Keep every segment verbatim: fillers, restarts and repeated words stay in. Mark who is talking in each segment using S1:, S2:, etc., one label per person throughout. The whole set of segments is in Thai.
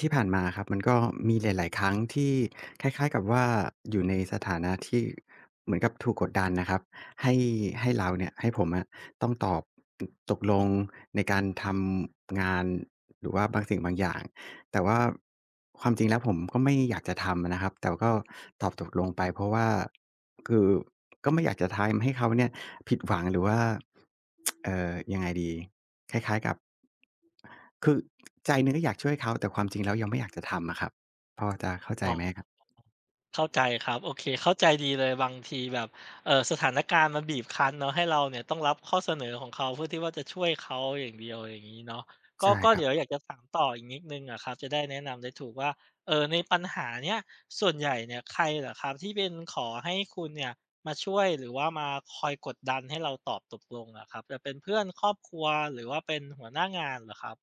S1: ที่ผ่านมาครับมันก็มีหลายๆครั้งที่คล้ายๆกับว่าอยู่ในสถานะที่เหมือนกับถูกกดดันนะครับให้ให้เราเนี่ยให้ผมอะต้องตอบตกลงในการทำงานหรือว่าบางสิ่งบางอย่าง แต่ว่าความจริงแล้วผมก็ไม่อยากจะทำอะนะครับแต่ก็ตอบตกลงไปเพราะว่าคือก็ไม่อยากจะทำให้เขาเนี่ยผิดหวังหรือว่าเอ่อยังไงดีคล้ายๆกับคือใจหนึ่งก็อยากช่วยเขาแต่ความจริงแล้วยังไม่อยากจะทำอะครับพอจะเข้าใจ
S2: อ๋อ
S1: ไหมครับ
S2: เข้าใจครับโอเคเข้าใจดีเลยบางทีแบบเออสถานการณ์มันบีบคั้นเนาะให้เราเนี่ยต้องรับข้อเสนอของเขาเพื่อที่ว่าจะช่วยเขาอย่างเดียวอย่างงี้เนาะก็
S1: ใช่
S2: ก็
S1: ครั
S2: เดี๋ยวอยา
S1: บ
S2: กจะถามต่ออีกนิดหนึ่งอะครับจะได้แนะนำได้ถูกว่าเอ่อในปัญหาเนี้ยส่วนใหญ่เนี่ยใครเหรอครับที่เป็นขอให้คุณเนี่ยมาช่วยหรือว่ามาคอยกดดันให้เราตอบตกลงอะครับจะเป็นเพื่อนครอบครัวหรือว่าเป็นหัวหน้างานเหรอครับ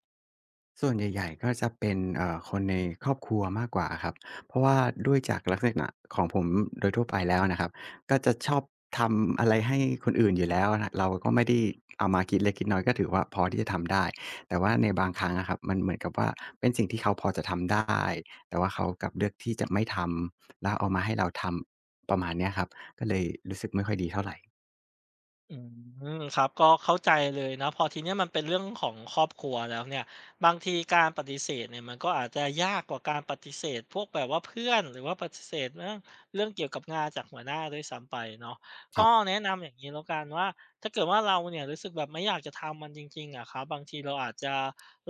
S1: ส่วนใหญ่ๆก็จะเป็นเอ่อคนในครอบครัวมากกว่าอะครับเพราะว่าด้วยจากลักษณะของผมโดยทั่วไปแล้วนะครับก็จะชอบทำอะไรให้คนอื่นอยู่แล้วนะเราก็ไม่ได้เอามาคิดเล็กคิดน้อยก็ถือว่าพอที่จะทำได้แต่ว่าในบางครั้งอะครับมันเหมือนกับว่าเป็นสิ่งที่เขาพอจะทำได้แต่ว่าเขากลับเลือกที่จะไม่ทำแล้วเอามาให้เราทำประมาณเนี้ยครับก็เลยรู้สึกไม่ค่อยดีเท่าไร
S2: อืมครับก็เข้าใจเลยนะพอทีเนี้ยมันเป็นเรื่องของครอบครัวแล้วเนี่ยบางทีการปฏิเสธเนี่ยมันก็อาจจะยากกว่าการปฏิเสธพวกแบบว่าเพื่อนหรือว่าปฏิเสธเรื่องเรื่องเกี่ยวกับงานจากหัวหน้าด้วยซ้ำไปเนาะ
S1: ครั
S2: ก็
S1: บ
S2: แนะนำอย่างนี้แล้วกันว่าถ้าเกิดว่าเราเนี่ยรู้สึกแบบไม่อยากจะทำมันจริงๆอะครับบางทีเราอาจจะ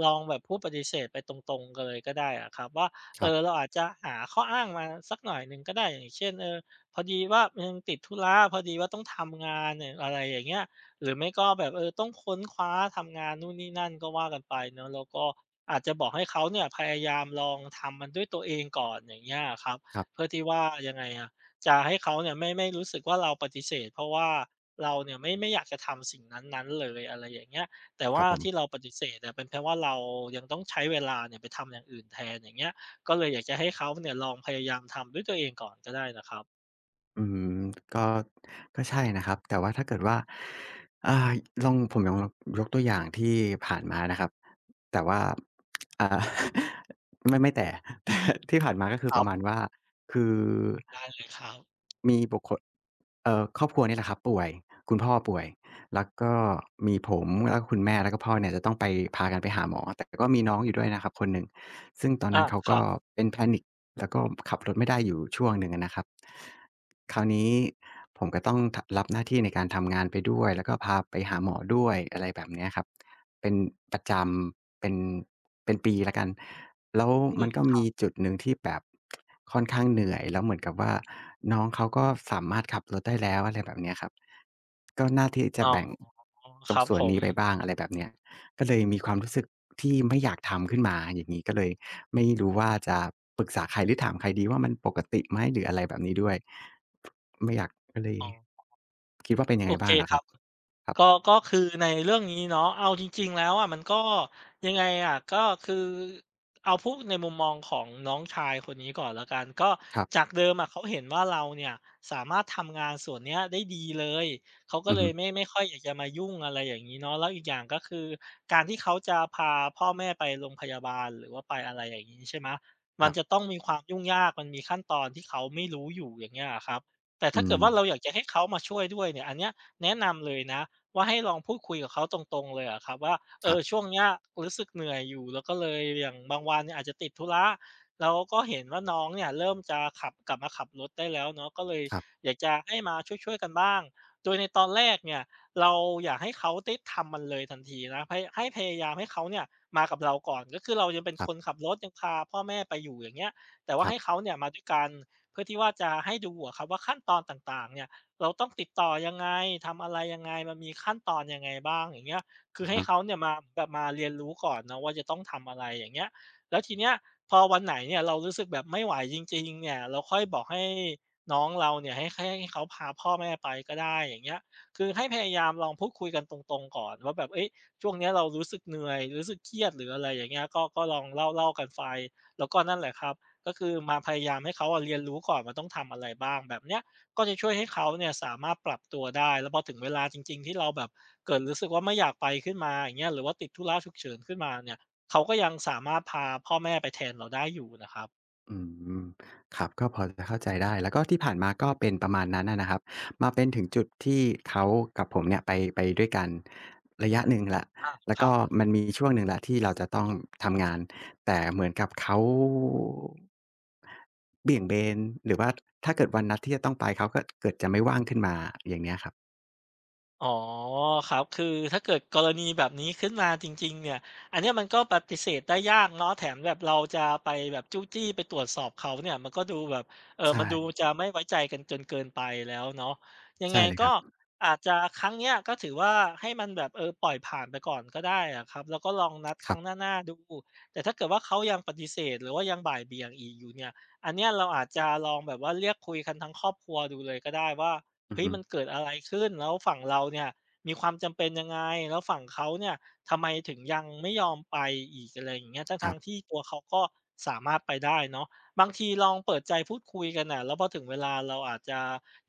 S2: ลองแบบพูดปฏิเสธไปตรงๆกันเลยก็ได้อะครับว่า
S1: ค
S2: เอ
S1: รั
S2: อเรา
S1: บ
S2: อาจจะหาข้ออ้างมาสักหน่อยหนึ่งก็ได้อย่างเช่นเออ พอดีว่ายังติดธุระพอดีว่าต้องทำงานเนี่ยอะไรอย่างเงี้ยหรือไม่ก็แบบเออต้องค้นคว้าทำงานนู่นนี่นั่นก็ว่ากันไปเนาะแล้วก็อาจจะบอกให้เขาเนี่ยพยายามลองทำมันด้วยตัวเองก่อนอย่างเงี้ยอะครับ
S1: ครั
S2: เพื่
S1: บ
S2: อที่ว่ายังไงอะจะให้เขาเนี่ยไม่ไม่รู้สึกว่าเราปฏิเสธเพราะว่าเราเนี่ยไม่ไม่อยากจะทำสิ่งนั้นๆเลยอะไรอย่างเงี้ยแต่
S1: ครั
S2: ว่า
S1: บผ
S2: ที่เรา
S1: ม
S2: ปฏิเสธเนี่ยเป็นเพราะว่าเรายังต้องใช้เวลาเนี่ยไปทำอย่างอื่นแทนอย่างเงี้ยก็เลยอยากจะให้เขาเนี่ยลองพยายามทำด้วยตัวเองก่อนก็ได้นะครับ
S1: อืมก็ก็ใช่นะครับแต่ว่าถ้าเกิดว่าอ่าลองผมลองยกตัวอย่างที่ผ่านมานะครับแต่ว่าอ่า ไม่ไม่แต่ แต่ที่ผ่านมาก็คื
S2: ค
S1: อป
S2: รั
S1: ระมาณ
S2: บ
S1: ว่าคือ
S2: ได้เลยครับ
S1: มีบุคคลเอ่อครอบครัวนี่แหละครับป่วยคุณพ่อป่วยแล้วก็มีผมแล้วก็คุณแม่แล้วก็พ่อเนี่ยจะต้องไปพากันไปหาหมอแต่ก็มีน้องอยู่ด้วยนะครับคนหนึ่งซึ่งตอนนั้
S2: อา
S1: นเขา
S2: ค
S1: ก็
S2: รับ
S1: เป็น panic แล้วก็ขับรถไม่ได้อยู่ช่วงหนึ่งอะนะครับคราวนี้ผมก็ต้องทรับหน้าที่ในการทำงานไปด้วยแล้วก็พาไปหาหมอด้วยอะไรแบบเนี้ยครับเป็นประจำเป็นเป็นปีแล้วกันแล้ว
S2: อื
S1: มันก็
S2: ม
S1: มีจุดหนึ่งที่แบบค่อนข้างเหนื่อยแล้วเหมือนกับว่าน้องเขาก็สามารถขับรถได้แล้วอะไรแบบเนี้ยครับก็น่าที่จะ
S2: อ๋อ
S1: แบ่งต
S2: ค
S1: รง
S2: รับ
S1: ส่ว
S2: ผ
S1: น
S2: ม
S1: นี้ไปบ้างอะไรแบบเนี้ย ก็เลยมีความรู้สึกที่ไม่อยากทำขึ้นมาอย่างงี้ก็เลยไม่รู้ว่าจะปรึกษาใครหรือถามใครดีว่ามันปกติไหมหรืออะไรแบบนี้ด้วยไม่อยากก็เลย
S2: อ๋อ
S1: คิดว่าเป็นยัง
S2: โอ
S1: ไง
S2: เค
S1: บ้างล่ะ
S2: ค
S1: ค
S2: รั
S1: รับ
S2: บ
S1: ครับ
S2: ก็ก็คือในเรื่องนี้เนาะเอาจริงๆแล้วอะมันก็ยังไงอะก็คือเอาพูดในมุมมองของน้องชายคนนี้ก่อนแล้วกันก็
S1: ครั
S2: จา
S1: บ
S2: กเดิมอะเขาเห็นว่าเราเนี่ยสามารถทำงานส่วนเนี้ยได้ดีเลยเขาก็
S1: อือ
S2: เล
S1: ฮึ
S2: ยไม่ไม่ค่อยอยากจะมายุ่งอะไรอย่างงี้เนาะแล้วอีกอย่างก็คือการที่เขาจะพาพ่อแม่ไปโรงพยาบาลหรือว่าไปอะไรอย่างงี้ใช่ไหม
S1: ค
S2: มัน
S1: รั
S2: จะ
S1: บ
S2: ต้องมีความยุ่งยากมันมีขั้นตอนที่เขาไม่รู้อยู่อย่างเงี้ยอะครับแต่
S1: อื
S2: ถ้า
S1: ม
S2: เกิดว่าเราอยากจะให้เขามาช่วยด้วยเนี่ยอันเนี้ยแนะนำเลยนะ ว่าให้ลองพูดคุยกับเขาตรงๆเลยอะครับว่าเอ
S1: ครั
S2: อช่ว
S1: บ
S2: งเนี้ยรู้สึกเหนื่อยอยู่แล้วก็เลยอย่างบางวันเนี่ยอาจจะติดธุระแล้วก็เห็นว่าน้องเนี่ยเริ่มจะขับกลับมาขับรถได้แล้วเนาะก็เลย
S1: ครับ
S2: อยากจะให้มาช่วยๆกันบ้างโดยในตอนแรกเนี่ยเราอยากให้เขาได้ทำมันเลยทันทีนะให้ให้พยายามให้เขาเนี่ยมากับเราก่อนก็คือเรายังเป็น
S1: ค
S2: ค
S1: รั
S2: น
S1: บ
S2: ขับรถยังพาพ่อแม่ไปอยู่อย่างเงี้ยแต่ว่า
S1: ครั
S2: ให้
S1: บ
S2: เขาเนี่ยมาด้วยกันเพื่อที่ว่าจะให้ดูอะครับว่าขั้นตอนต่างๆเนี่ย เราต้องติดต่อยังไงทำอะไรยังไงมันมีขั้นตอนยังไงบ้างอย่างเงี้ยคือ
S1: อะ
S2: ให้
S1: ฮะ
S2: เขาเนี่ยมาแบบมาเรียนรู้ก่อนเนาะว่าจะต้องทำอะไรอย่างเงี้ย แล้วทีเนี้ยพอวันไหนเนี่ยเรารู้สึกแบบไม่ไหวจริงๆเนี่ยเราค่อยบอกให้น้องเราเนี่ยให้ให้ให้เขาพาพ่อแม่ไปก็ได้อย่างเงี้ยคือให้พยายามลองพูดคุยกันตรงๆก่อนว่าแบบเฮ้ยช่วงเนี้ยเรารู้สึกเหนื่อยรู้สึกเครียดหรืออะไรอย่างเงี้ยก็ก็ลองเล่าๆกันไปแล้วก็นั่นแหละครับก็คือมาพยายามให้เขาอะเรียนรู้ก่อนว่าต้องทำอะไรบ้างแบบเนี้ย ก็จะช่วยให้เขาเนี่ยสามารถปรับตัวได้ แล้วพอถึงเวลาจริงๆที่เราแบบเกิดรู้สึกว่าไม่อยากไปขึ้นมาอย่างเงี้ยหรือว่าติดธุระฉุกเฉินขึ้นมาเนี่ยเขาก็ยังสามารถพาพ่อแม่ไปแทนเราได้อยู่นะครับ
S1: อืมครับก็พอจะเข้าใจได้แล้วก็ที่ผ่านมาก็เป็นประมาณนั้นอะนะครับมาเป็นถึงจุดที่เขากับผมเนี่ยไปไปด้วยกันระยะหนึ่งแล้ว
S2: อา
S1: แล้
S2: ค
S1: ว
S2: รั
S1: ก็
S2: บ
S1: มันมีช่วงหนึ่งแล้วที่เราจะต้องทำงานแต่เหมือนกับเขาเบี่ยงเบนหรือว่าถ้าเกิดวันนัดที่จะต้องไปเขาก็เกิดจะไม่ว่างขึ้นมาอย่างเงี้ยครับ
S2: อ๋อครับคือถ้าเกิดกรณีแบบนี้ขึ้นมาจริงๆเนี่ยอันเนี้ยมันก็ปฏิเสธได้ยากเนาะแถมแบบเราจะไปแบบจู้จี้ไปตรวจสอบเขาเนี่ยมันก็ดูแบบเอ่อมันดู
S1: ใช่
S2: จะไม่ไว้ใจกันจนเกินไปแล้วเนาะยังไง
S1: ใช่เลยค
S2: ก็
S1: รับ
S2: อาจจะครั้งเนี้ยก็ถือว่าให้มันแบบเออปล่อยผ่านไปก่อนก็ได้อะครับแล้วก็ลองนัดค
S1: ค
S2: รั้
S1: รั
S2: ง
S1: บ
S2: หน้าๆดูแต่ถ้าเกิดว่าเขายังปฏิเสธหรือว่ายังบ่ายเบี่ยงอีกอยู่เนี่ยอันเนี้ยเราอาจจะลองแบบว่าเรียกคุยกันทั้งครอบครัวดูเลยก็ได้ว่า
S1: อือ
S2: เฮ้ย
S1: ฮึ
S2: มันเกิดอะไรขึ้นแล้วฝั่งเราเนี่ยมีความจำเป็นยังไงแล้วฝั่งเขาเนี่ยทำไมถึงยังไม่ยอมไปอีกอะไรอย่างเงี้ย
S1: ครั
S2: ทั้ง
S1: บ
S2: ๆที่ตัวเขาก็สามารถไปได้เนาะบางทีลองเปิดใจพูดคุยกันน่ะแล้วพอถึงเวลาเราอาจจะ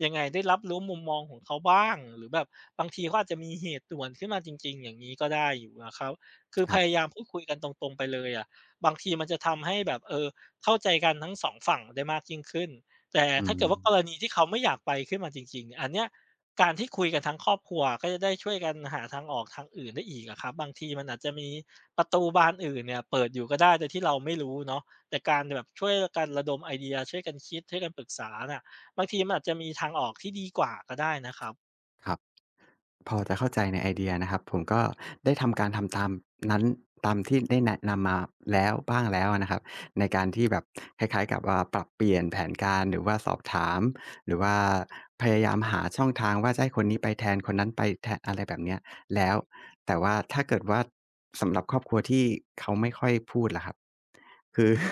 S2: ยังไงได้รับรู้มุมมองของเขาบ้างหรือแบบบางทีเขาอาจจะมีเหตุด่วนขึ้นมาจริงๆอย่างงี้ก็ได้อยู่นะครับคือ
S1: ค
S2: พ
S1: รับ
S2: ยายามพูดคุยกันตรงๆไปเลยอะบางทีมันจะทำให้แบบเออเข้าใจกันทั้งสองฝั่งได้มากยิ่งขึ้น แต่
S1: อื
S2: ถ้า
S1: ม
S2: เกิดว่ากรณีที่เขาไม่อยากไปขึ้นมาจริงๆอันเนี้ยการที่คุยกันทั้งครอบครัวก็จะได้ช่วยกันหาทางออกทางอื่นได้อีกอะครับบางทีมันอาจจะมีประตูบานอื่นเนี่ยเปิดอยู่ก็ได้โดยที่เราไม่รู้เนาะแต่การแบบช่วยกันระดมไอเดียช่วยกันคิดช่วยกันปรึกษาน่ะบางทีมันอาจจะมีทางออกที่ดีกว่าก็ได้นะครับ
S1: ครับพอจะเข้าใจในไอเดียนะครับผมก็ได้ทำการทำตามนั้นตามที่ได้แนะนำมาแล้วบ้างแล้วนะครับในการที่แบบคล้ายๆกับว่าปรับเปลี่ยนแผนการหรือว่าสอบถามหรือว่าพยายามหาช่องทางว่าจะให้คนนี้ไปแทนคนนั้นไปแทนอะไรแบบเนี้ยแล้วแต่ว่าถ้าเกิดว่าสำหรับครอบครัวที่เขาไม่ค่อยพูดล่ะครับคือ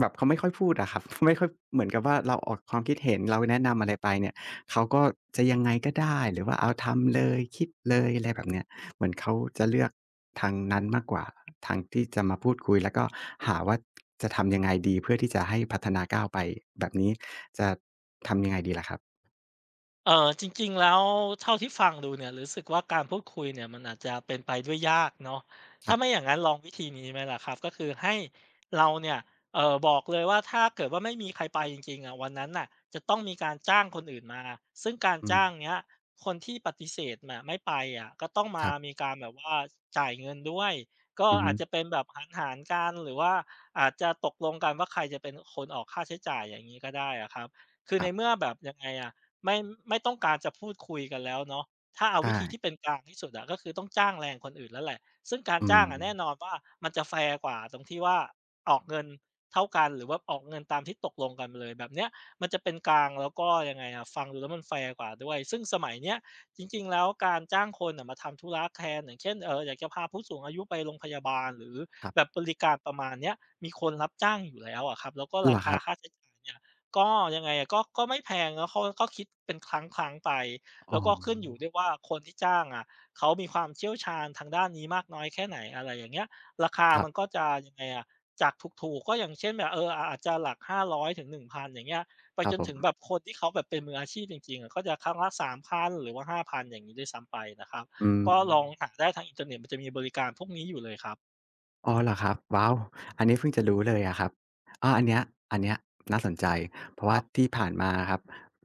S1: แบบเขาไม่ค่อยพูดอะครับ ไม่ค่อยเหมือนกับว่าเราออกความคิดเห็นเราแนะนำอะไรไปเนี่ยเขาก็จะยังไงก็ได้หรือว่าเอาทำเลยคิดเลยอะไรแบบเนี้ยเหมือนเขาจะเลือกทางนั้นมากกว่าทางที่จะมาพูดคุยแล้วก็หาว่าจะทำยังไงดีเพื่อที่จะให้พัฒนาก้าวไปแบบนี้จะทำยังไงดีล่ะครับ
S2: เออจริงๆแล้วเท่าที่ฟังดูเนี่ยรู้สึกว่าการพูดคุยเนี่ยมันอาจจะเป็นไปด้วยยากเนาะ
S1: ครั
S2: ถ้าไม่อ
S1: บ
S2: ย่างงั้นลองวิธีนี้ไหมล่ะครับก็คือให้เราเนี่ยเออบอกเลยว่าถ้าเกิดว่าไม่มีใครไปจริงๆอะวันนั้นน่ะจะต้องมีการจ้างคนอื่นมาซึ่งการ
S1: อืม
S2: จ้างเนี้ยคนที่ปฏิเสธมาไม่ไปอะก็ต้อง
S1: ค
S2: มา
S1: รับ
S2: มีการแบบว่าจ่ายเงินด้วยก็
S1: อื
S2: อาจ
S1: ม
S2: จะเป็นแบบหารๆกันหรือว่าอาจจะตกลงกันว่าใครจะเป็นคนออกค่าใช้จ่ายอย่างนี้ก็ได้อะครับคือ
S1: ค
S2: ใน
S1: รั
S2: เมื่
S1: บ
S2: อแบบยังไงอะ ไม่ไม่ต้องการจะพูดคุยกันแล้วเนาะถ้าเอา
S1: ใช่
S2: วิธีที่เป็นกลางที่สุดอะก็คือต้องจ้างแรงคนอื่นแล้วแหละซึ่งการ
S1: อื
S2: จ้า
S1: ม
S2: งอะแน่นอนว่ามันจะแฟร์กว่าตรงที่ว่าออกเงินเท่ากันหรือว่าออกเงินตามที่ตกลงกันเลยแบบเนี้ยมันจะเป็นกลางแล้วก็ยังไงอะฟังดูแล้วมันแฟร์กว่าด้วยซึ่งสมัยเนี้ยจริงๆแล้วการจ้างคนน่ะมาทำธุระแทนอย่างเช่นเอ่ออยากจะพาผู้สูงอายุไปโรงพยาบาลหรือ
S1: ครั
S2: แบบ
S1: บ
S2: บริการประมาณเนี้ยมีคนรับจ้างอยู่แล้วอะครับแล้วก็
S1: เหร
S2: รา
S1: อค
S2: คา
S1: รับ
S2: ค่าใช้จ่ายเนี่ย ก็ยังไงอะก็ก็ไม่แพงแล้วเขาก็คิดเป็นครั้งๆไป
S1: อ๋อ
S2: แล้วก็ขึ้นอยู่ด้วยว่าคนที่จ้างอะเขามีความเชี่ยวชาญทางด้านนี้มากน้อยแค่ไหนอะไรอย่างเงี้ยราคา
S1: ครั
S2: มั
S1: บ
S2: นก็จะยังไงอะจากถูกๆก็อย่างเช่นแบบเอออาอาจจะหลักห้าร้อยถึงหนึ่งพันอย่างเงี้ยไป
S1: ครั
S2: จ
S1: บ
S2: น
S1: ผ
S2: ถึงแบ
S1: ม
S2: บคนที่เขาแบบเป็นมืออาชีพจริงๆอะก็จะครั้งละสามพันหรือว่าห้าพันอย่างนี้ด้วยซ้ำไปนะครับ
S1: อืม
S2: ก็ลองหาได้ทางอินเทอร์เน็ตมันจะมีบริการพวกนี้อยู่เลยครับ
S1: อ๋อเหรอครับว้าวอันนี้เพิ่งจะรู้เลยอะครับอาอันเนี้ยอันเนี้ยน่าสนใจเพราะ
S2: ค
S1: ว่า
S2: รับ
S1: ที่ผ่านมาอครับ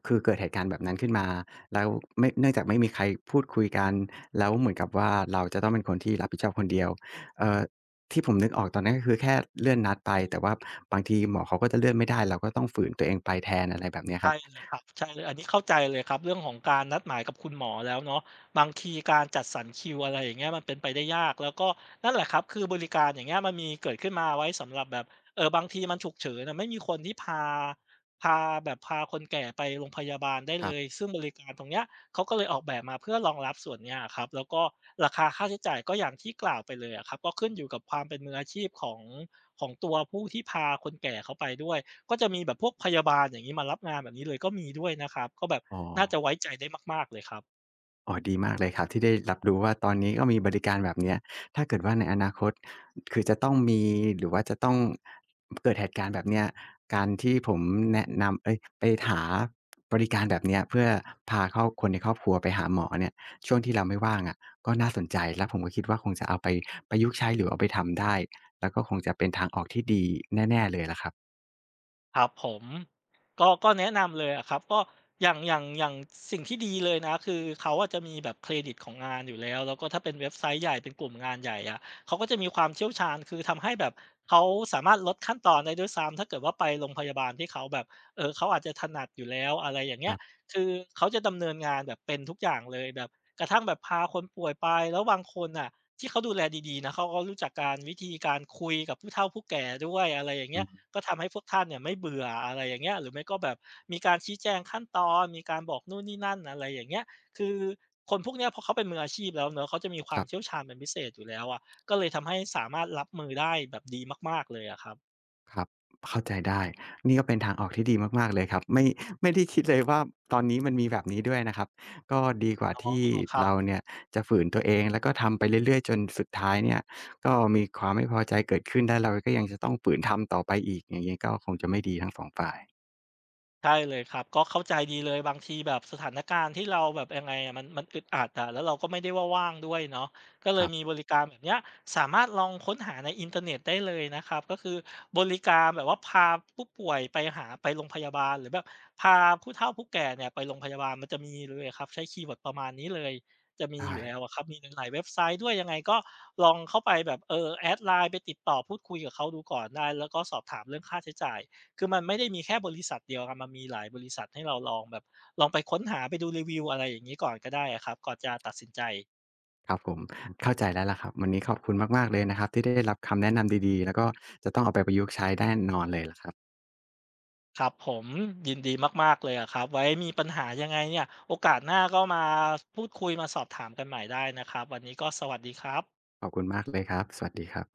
S1: คือเกิดเหตุการณ์แบบนั้นขึ้นมาแล้วไม่เนื่องจากไม่มีใครพูดคุยกันแล้วเหมือนกับว่าเราจะต้องเป็นคนที่รับผิดชอบคนเดียวเอ่อที่ผมนึกออกตอนนั้นก็คือแค่เลื่อนนัดไปแต่ว่าบางทีหมอเขาก็จะเลื่อนไม่ได้เราก็ต้องฝืนตัวเองไปแทนอะไรแบบเนี้ยค
S2: ใช่
S1: รับ
S2: เลยครับใช่เลยอันนี้เข้าใจเลยครับเรื่องของการนัดหมายกับคุณหมอแล้วเนาะบางทีการจัดสรรคิวอะไรอย่างเงี้ยมันเป็นไปได้ยากแล้วก็นั่นแหละครับคือบริการอย่างเงี้ยมันมีเกิดขึ้นมาไว้สำหรับแบบเอ่อบางทีมันฉุกเฉินอะไม่มีคนที่พาพาแบบพาคนแก่ไปโรงพยาบาลได้
S1: ค
S2: เล
S1: รั
S2: ย
S1: บ
S2: ซึ่งบริการตรงเนี้ยเขาก็เลยออกแบบมาเพื่อรองรับส่วนเนี้ยอะครับแล้วก็ราคาค่าใช้จ่ายก็อย่างที่กล่าวไปเลยอะครับก็ขึ้นอยู่กับความเป็นมืออาชีพของของตัวผู้ที่พาคนแก่เขาไปด้วย ก็จะมีแบบพวกพยาบาลอย่างนี้มารับงานแบบนี้เลยก็มีด้วยนะครับก็แบบ
S1: อ๋อ
S2: น่าจะไว้ใจได้มากๆเลยครับ
S1: อ๋อดีมากเลยครับที่ได้รับรู้ว่าตอนนี้ก็มีบริการแบบเนี้ยถ้าเกิดว่าในอนาคตคือจะต้องมีหรือว่าจะต้องเกิดเหตุการณ์แบบเนี้ยการที่ผมแนะนำเอ๊ยไปหาบริการแบบเนี้ยเพื่อพาครอบคนในครอบครัวไปหาหมอเนี่ยช่วงที่เราไม่ว่างอะก็น่าสนใจแล้วผมก็คิดว่าคงจะเอาไปประยุกต์ใช้หรือเอาไปทำได้แล้วก็คงจะเป็นทางออกที่ดีแน่ๆเลยล่ะครับ
S2: ครับผมก็ก็แนะนำเลยอะครับก็อย่างอย่างอย่างสิ่งที่ดีเลยนะคือเขาอะจะมีแบบเครดิตของงานอยู่แล้วแล้วก็ถ้าเป็นเว็บไซต์ใหญ่เป็นกลุ่มงานใหญ่อะเขาก็จะมีความเชี่ยวชาญคือทำให้แบบเขาสามารถลดขั้นตอนได้ด้วยซ้ำถ้าเกิดว่าไปโรงพยาบาลที่เขาแบบเอ่อเขาอาจจะถนัดอยู่แล้วอะไรอย่าง
S1: ค
S2: เงี้ย
S1: รับ
S2: คือเขาจะดำเนินงานแบบเป็นทุกอย่างเลยแบบกระทั่งแบบพาคนป่วยไปแล้วบางคนน่ะที่เขาดูแลดีๆนะเขาก็รู้จักการวิธีการคุยกับผู้เฒ่าผู้แก่ด้วยอะไรอย่าง
S1: อื
S2: เงี้ย
S1: ม
S2: ก็ทำให้พวกท่านเนี่ยไม่เบื่ออะไรอย่างเงี้ยหรือไม่ก็แบบมีการชี้แจงขั้นตอนมีการบอกนู่นนี่นั่นอะไรอย่างเงี้ยคือคนพวกเนี้ยพอเขาเป็นมืออาชีพแล้วเนาะเขาจะมีค
S1: ค
S2: วาม
S1: รับ
S2: เชี่ยวชาญเป็นพิเศษอยู่แล้วอะก็เลยทำให้สามารถรับมือได้แบบดีมากๆเลยอะครับ
S1: ครับเข้าใจได้นี่ก็เป็นทางออกที่ดีมากๆเลยครับไม่ไม่ได้คิดเลยว่าตอนนี้มันมีแบบนี้ด้วยนะครับก็ดีกว่า
S2: อ๋อ
S1: ที่
S2: ครับ
S1: เราเนี่ยจะฝืนตัวเองแล้วก็ทำไปเรื่อยๆจนสุดท้ายเนี่ยก็มีความไม่พอใจเกิดขึ้นแล้วเราก็ยังจะต้องฝืนทำต่อไปอีกอย่างงี้ก็คงจะไม่ดีทั้งสองฝ่าย
S2: ใช่เลยครับก็เข้าใจดีเลยบางทีแบบสถานการณ์ที่เราแบบยังไงอะมันมันอึดอัดอะแล้วเราก็ไม่ได้ว่าว่างด้วยเนาะก็เล
S1: ค
S2: ย
S1: รั
S2: มีบ
S1: บ
S2: ริการแบบเนี้ยสามารถลองค้นหาในอินเทอร์เน็ตได้เลยนะครับก็คือบริการแบบว่าพาผู้ป่วยไปหาไปโรงพยาบาลหรือแบบพาผู้เฒ่าผู้แก่เนี่ยไปโรงพยาบาลมันจะมีเลยครับใช้คีย์เวิร์ดประมาณนี้เลยจะมีอ
S1: ได้
S2: ยู่แล้วอะครับมีหลายๆเว็บไซต์ด้วยยังไงก็ลองเข้าไปแบบเออแอดไลน์ไปติดต่อพูดคุยกับเขาดูก่อนได้แล้วก็สอบถามเรื่องค่าใช้จ่าย คือมันไม่ได้มีแค่บริษัทเดียวครับมันมีหลายบริษัทให้เราลองแบบลองไปค้นหาไปดูรีวิวอะไรอย่างงี้ก่อนก็ได้อะครับก่อนจะตัดสินใจ
S1: ครับผมเข้าใจแล้วล่ะครับวันนี้ขอบคุณมากๆเลยนะครับที่ได้รับคำแนะนำดีๆแล้วก็จะต้องเอาไปประยุกต์ใช้แน่นอนเลยล่ะครับ
S2: ครับผมยินดีมากๆเลยอะครับไว้มีปัญหายังไงเนี่ยโอกาสหน้าก็มาพูดคุยมาสอบถามกันใหม่ได้นะครับวันนี้ก็สวัสดีครับ
S1: ขอบคุณมากเลยครับสวัสดีครับ